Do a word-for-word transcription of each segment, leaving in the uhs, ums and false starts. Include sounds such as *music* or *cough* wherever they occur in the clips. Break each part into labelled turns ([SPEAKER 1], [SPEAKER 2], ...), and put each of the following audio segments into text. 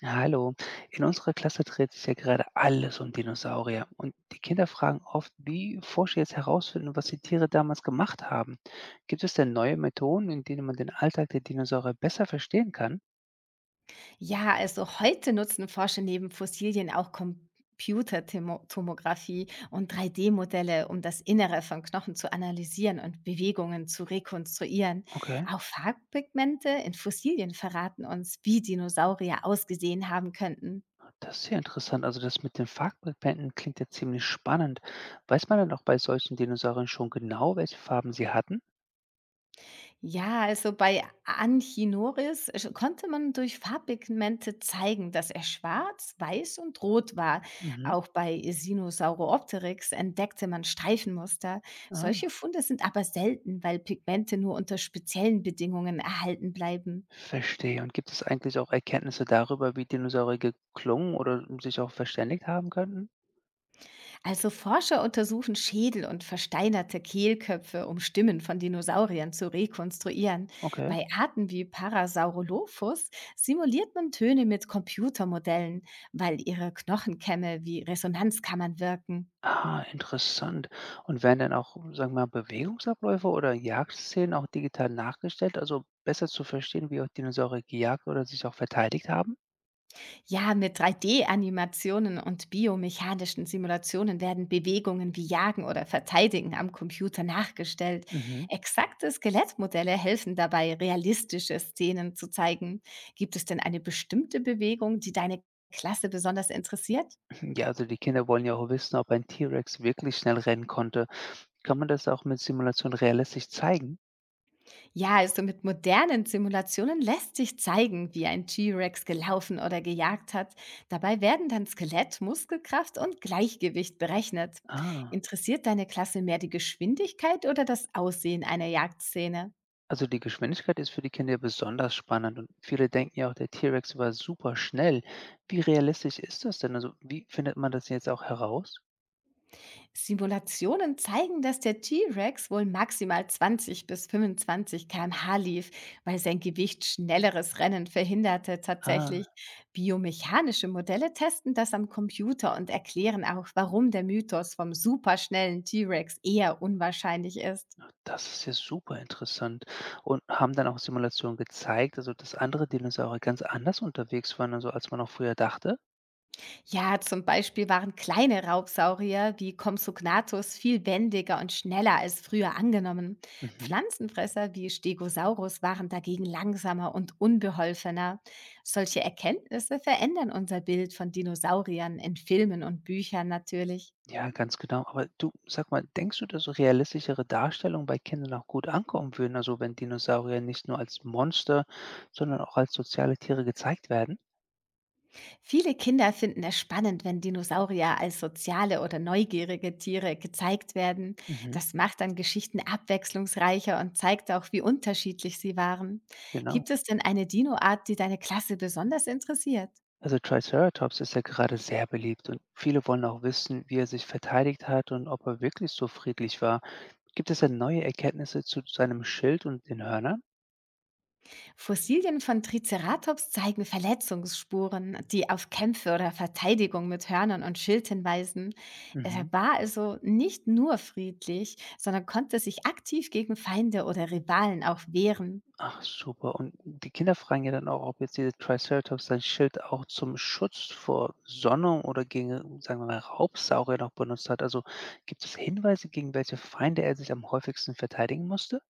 [SPEAKER 1] Ja, hallo, in unserer Klasse dreht sich ja gerade alles um Dinosaurier und die Kinder fragen oft, wie Forscher jetzt herausfinden, was die Tiere damals gemacht haben. Gibt es denn neue Methoden, in denen man den Alltag der Dinosaurier besser verstehen kann?
[SPEAKER 2] Ja, also heute nutzen Forscher neben Fossilien auch Computertomographie und drei D-Modelle, um das Innere von Knochen zu analysieren und Bewegungen zu rekonstruieren.
[SPEAKER 1] Okay,
[SPEAKER 2] Auch Farbpigmente in Fossilien verraten uns, wie Dinosaurier ausgesehen haben könnten.
[SPEAKER 1] das ist ja interessant. Also das mit den Farbpigmenten klingt ja ziemlich spannend. Weiß man denn auch bei solchen Dinosauriern schon genau, welche Farben sie hatten?
[SPEAKER 2] Ja, also bei Anchinoris äh, sch- konnte man durch Farbpigmente zeigen, dass er schwarz, weiß und rot war.
[SPEAKER 1] Mhm.
[SPEAKER 2] Auch bei Sinosauropteryx entdeckte man Streifenmuster.
[SPEAKER 1] Ah,
[SPEAKER 2] Solche Funde sind aber selten, weil Pigmente nur unter speziellen Bedingungen erhalten bleiben.
[SPEAKER 1] verstehe. Und gibt es eigentlich auch Erkenntnisse darüber, wie Dinosaurier geklungen oder sich auch verständigt haben könnten?
[SPEAKER 2] Also Forscher untersuchen Schädel und versteinerte Kehlköpfe, um Stimmen von Dinosauriern zu rekonstruieren.
[SPEAKER 1] Okay.
[SPEAKER 2] Bei Arten wie Parasaurolophus simuliert man Töne mit Computermodellen, weil ihre Knochenkämme wie Resonanzkammern wirken.
[SPEAKER 1] Ah, interessant. Und werden dann auch, sagen wir mal, Bewegungsabläufe oder Jagdszenen auch digital nachgestellt, also besser zu verstehen, wie auch Dinosaurier gejagt oder sich auch verteidigt haben?
[SPEAKER 2] Ja, mit drei D-Animationen und biomechanischen Simulationen werden Bewegungen wie Jagen oder Verteidigen am Computer nachgestellt.
[SPEAKER 1] Mhm.
[SPEAKER 2] Exakte Skelettmodelle helfen dabei, realistische Szenen zu zeigen. Gibt es denn eine bestimmte Bewegung, die deine Klasse besonders interessiert?
[SPEAKER 1] *laughs* Ja, also die Kinder wollen ja auch wissen, ob ein T-Rex wirklich schnell rennen konnte. Kann man das auch mit Simulation realistisch zeigen?
[SPEAKER 2] Ja, also mit modernen Simulationen lässt sich zeigen, wie ein T-Rex gelaufen oder gejagt hat. Dabei werden dann Skelett, Muskelkraft und Gleichgewicht berechnet.
[SPEAKER 1] Ah,
[SPEAKER 2] Interessiert deine Klasse mehr die Geschwindigkeit oder das Aussehen einer Jagdszene?
[SPEAKER 1] also die Geschwindigkeit ist für die Kinder ja besonders spannend und viele denken ja auch, der T-Rex war super schnell. Wie realistisch ist das denn? Also wie findet man das jetzt auch heraus?
[SPEAKER 2] Simulationen zeigen, dass der T-Rex wohl maximal zwanzig bis fünfundzwanzig Kilometer pro Stunde lief, weil sein Gewicht schnelleres Rennen verhinderte
[SPEAKER 1] Ah.
[SPEAKER 2] tatsächlich. Biomechanische Modelle testen das am Computer und erklären auch, warum der Mythos vom superschnellen T-Rex eher unwahrscheinlich ist.
[SPEAKER 1] Das ist ja super interessant. Und haben dann auch Simulationen gezeigt, also, dass andere Dinosaurier ganz anders unterwegs waren, also, als man auch früher dachte?
[SPEAKER 2] Ja, zum Beispiel waren kleine Raubsaurier wie Compsognathus viel wendiger und schneller als früher angenommen.
[SPEAKER 1] Mhm.
[SPEAKER 2] Pflanzenfresser wie Stegosaurus waren dagegen langsamer und unbeholfener. Solche Erkenntnisse verändern unser Bild von Dinosauriern in Filmen und Büchern natürlich.
[SPEAKER 1] Ja, ganz genau. Aber du, sag mal, denkst du, dass so realistischere Darstellungen bei Kindern auch gut ankommen würden, also, wenn Dinosaurier nicht nur als Monster, sondern auch als soziale Tiere gezeigt werden?
[SPEAKER 2] Viele Kinder finden es spannend, wenn Dinosaurier als soziale oder neugierige Tiere gezeigt werden.
[SPEAKER 1] Mhm,
[SPEAKER 2] Das macht dann Geschichten abwechslungsreicher und zeigt auch, wie unterschiedlich sie waren.
[SPEAKER 1] genau.
[SPEAKER 2] Gibt es denn eine Dinoart, die deine Klasse besonders interessiert?
[SPEAKER 1] Also, Triceratops ist ja gerade sehr beliebt und viele wollen auch wissen, wie er sich verteidigt hat und ob er wirklich so friedlich war. Gibt es denn neue Erkenntnisse zu seinem Schild und den Hörnern?
[SPEAKER 2] Fossilien von Triceratops zeigen Verletzungsspuren, die auf Kämpfe oder Verteidigung mit Hörnern und Schild hinweisen. Er
[SPEAKER 1] Mhm.
[SPEAKER 2] war also nicht nur friedlich, sondern konnte sich aktiv gegen Feinde oder Rivalen auch wehren.
[SPEAKER 1] Ach super. Und die Kinder fragen ja dann auch, ob jetzt dieser Triceratops sein Schild auch zum Schutz vor Sonne oder gegen, sagen wir mal, Raubsaurier noch benutzt hat. Also gibt es Hinweise, gegen welche Feinde er sich am häufigsten verteidigen musste?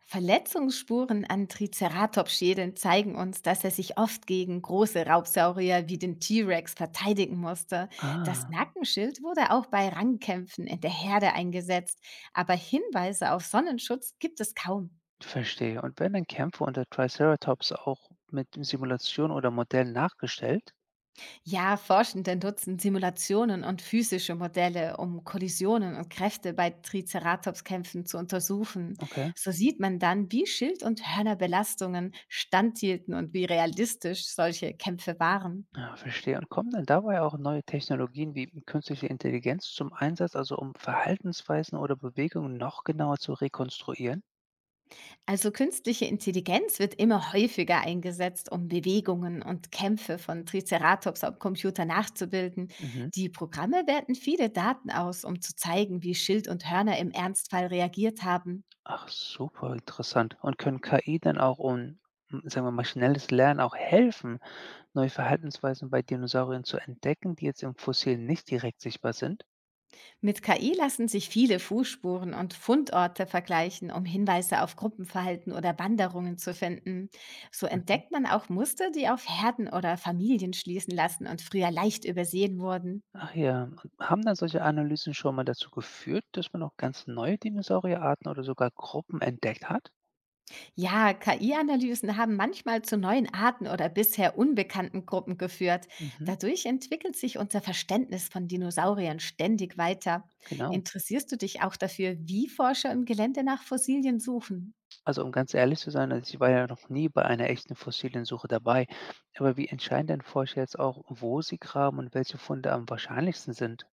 [SPEAKER 2] Verletzungsspuren an Triceratops-Schädeln zeigen uns, dass er sich oft gegen große Raubsaurier wie den T-Rex verteidigen musste. Das
[SPEAKER 1] Ah,
[SPEAKER 2] Nackenschild wurde auch bei Rangkämpfen in der Herde eingesetzt, aber Hinweise auf Sonnenschutz gibt es kaum.
[SPEAKER 1] verstehe. Und werden dann Kämpfe unter Triceratops auch mit Simulationen oder Modellen nachgestellt?
[SPEAKER 2] Ja, Forschende nutzen Simulationen und physische Modelle, um Kollisionen und Kräfte bei Triceratops-Kämpfen zu untersuchen.
[SPEAKER 1] Okay.
[SPEAKER 2] So sieht man dann, wie Schild- und Hörnerbelastungen standhielten und wie realistisch solche Kämpfe waren.
[SPEAKER 1] Ja, verstehe. Und kommen denn dabei auch neue Technologien wie künstliche Intelligenz zum Einsatz, also um Verhaltensweisen oder Bewegungen noch genauer zu rekonstruieren?
[SPEAKER 2] Also künstliche Intelligenz wird immer häufiger eingesetzt, um Bewegungen und Kämpfe von Triceratops am Computer nachzubilden.
[SPEAKER 1] Mhm.
[SPEAKER 2] Die Programme werten viele Daten aus, um zu zeigen, wie Schild und Hörner im Ernstfall reagiert haben.
[SPEAKER 1] Ach, super interessant. Und können K I dann auch um, m, sagen wir mal, schnelles Lernen auch helfen, neue Verhaltensweisen bei Dinosauriern zu entdecken, die jetzt im Fossil nicht direkt sichtbar sind?
[SPEAKER 2] Mit K I lassen sich viele Fußspuren und Fundorte vergleichen, um Hinweise auf Gruppenverhalten oder Wanderungen zu finden. So
[SPEAKER 1] Mhm.
[SPEAKER 2] entdeckt man auch Muster, die auf Herden oder Familien schließen lassen und früher leicht übersehen wurden.
[SPEAKER 1] Ach ja, und haben dann solche Analysen schon mal dazu geführt, dass man auch ganz neue Dinosaurierarten oder sogar Gruppen entdeckt hat?
[SPEAKER 2] Ja, K I-Analysen haben manchmal zu neuen Arten oder bisher unbekannten Gruppen geführt.
[SPEAKER 1] Mhm,
[SPEAKER 2] Dadurch entwickelt sich unser Verständnis von Dinosauriern ständig weiter.
[SPEAKER 1] genau.
[SPEAKER 2] Interessierst du dich auch dafür, wie Forscher im Gelände nach Fossilien suchen?
[SPEAKER 1] Also, um ganz ehrlich zu sein, also ich war ja noch nie bei einer echten fossilen Suche dabei. Aber wie entscheiden denn Forscher jetzt auch, wo sie graben und welche Funde am wahrscheinlichsten sind?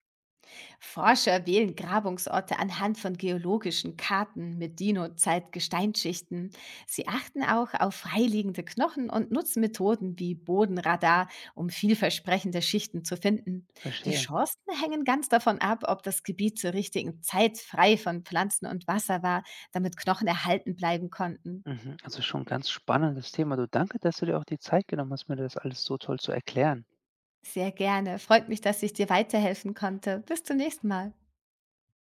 [SPEAKER 2] Forscher wählen Grabungsorte anhand von geologischen Karten mit Dino-Zeit-Gesteinsschichten. Sie achten auch auf freiliegende Knochen und nutzen Methoden wie Bodenradar, um vielversprechende Schichten zu finden. Die
[SPEAKER 1] Verstehe.
[SPEAKER 2] Chancen hängen ganz davon ab, ob das Gebiet zur richtigen Zeit frei von Pflanzen und Wasser war, damit Knochen erhalten bleiben konnten.
[SPEAKER 1] Mhm. Also schon ein ganz spannendes Thema. Du, danke, dass du dir auch die Zeit genommen hast, mir das alles so toll zu erklären.
[SPEAKER 2] Sehr gerne. Freut mich, dass ich dir weiterhelfen konnte. Bis zum nächsten Mal.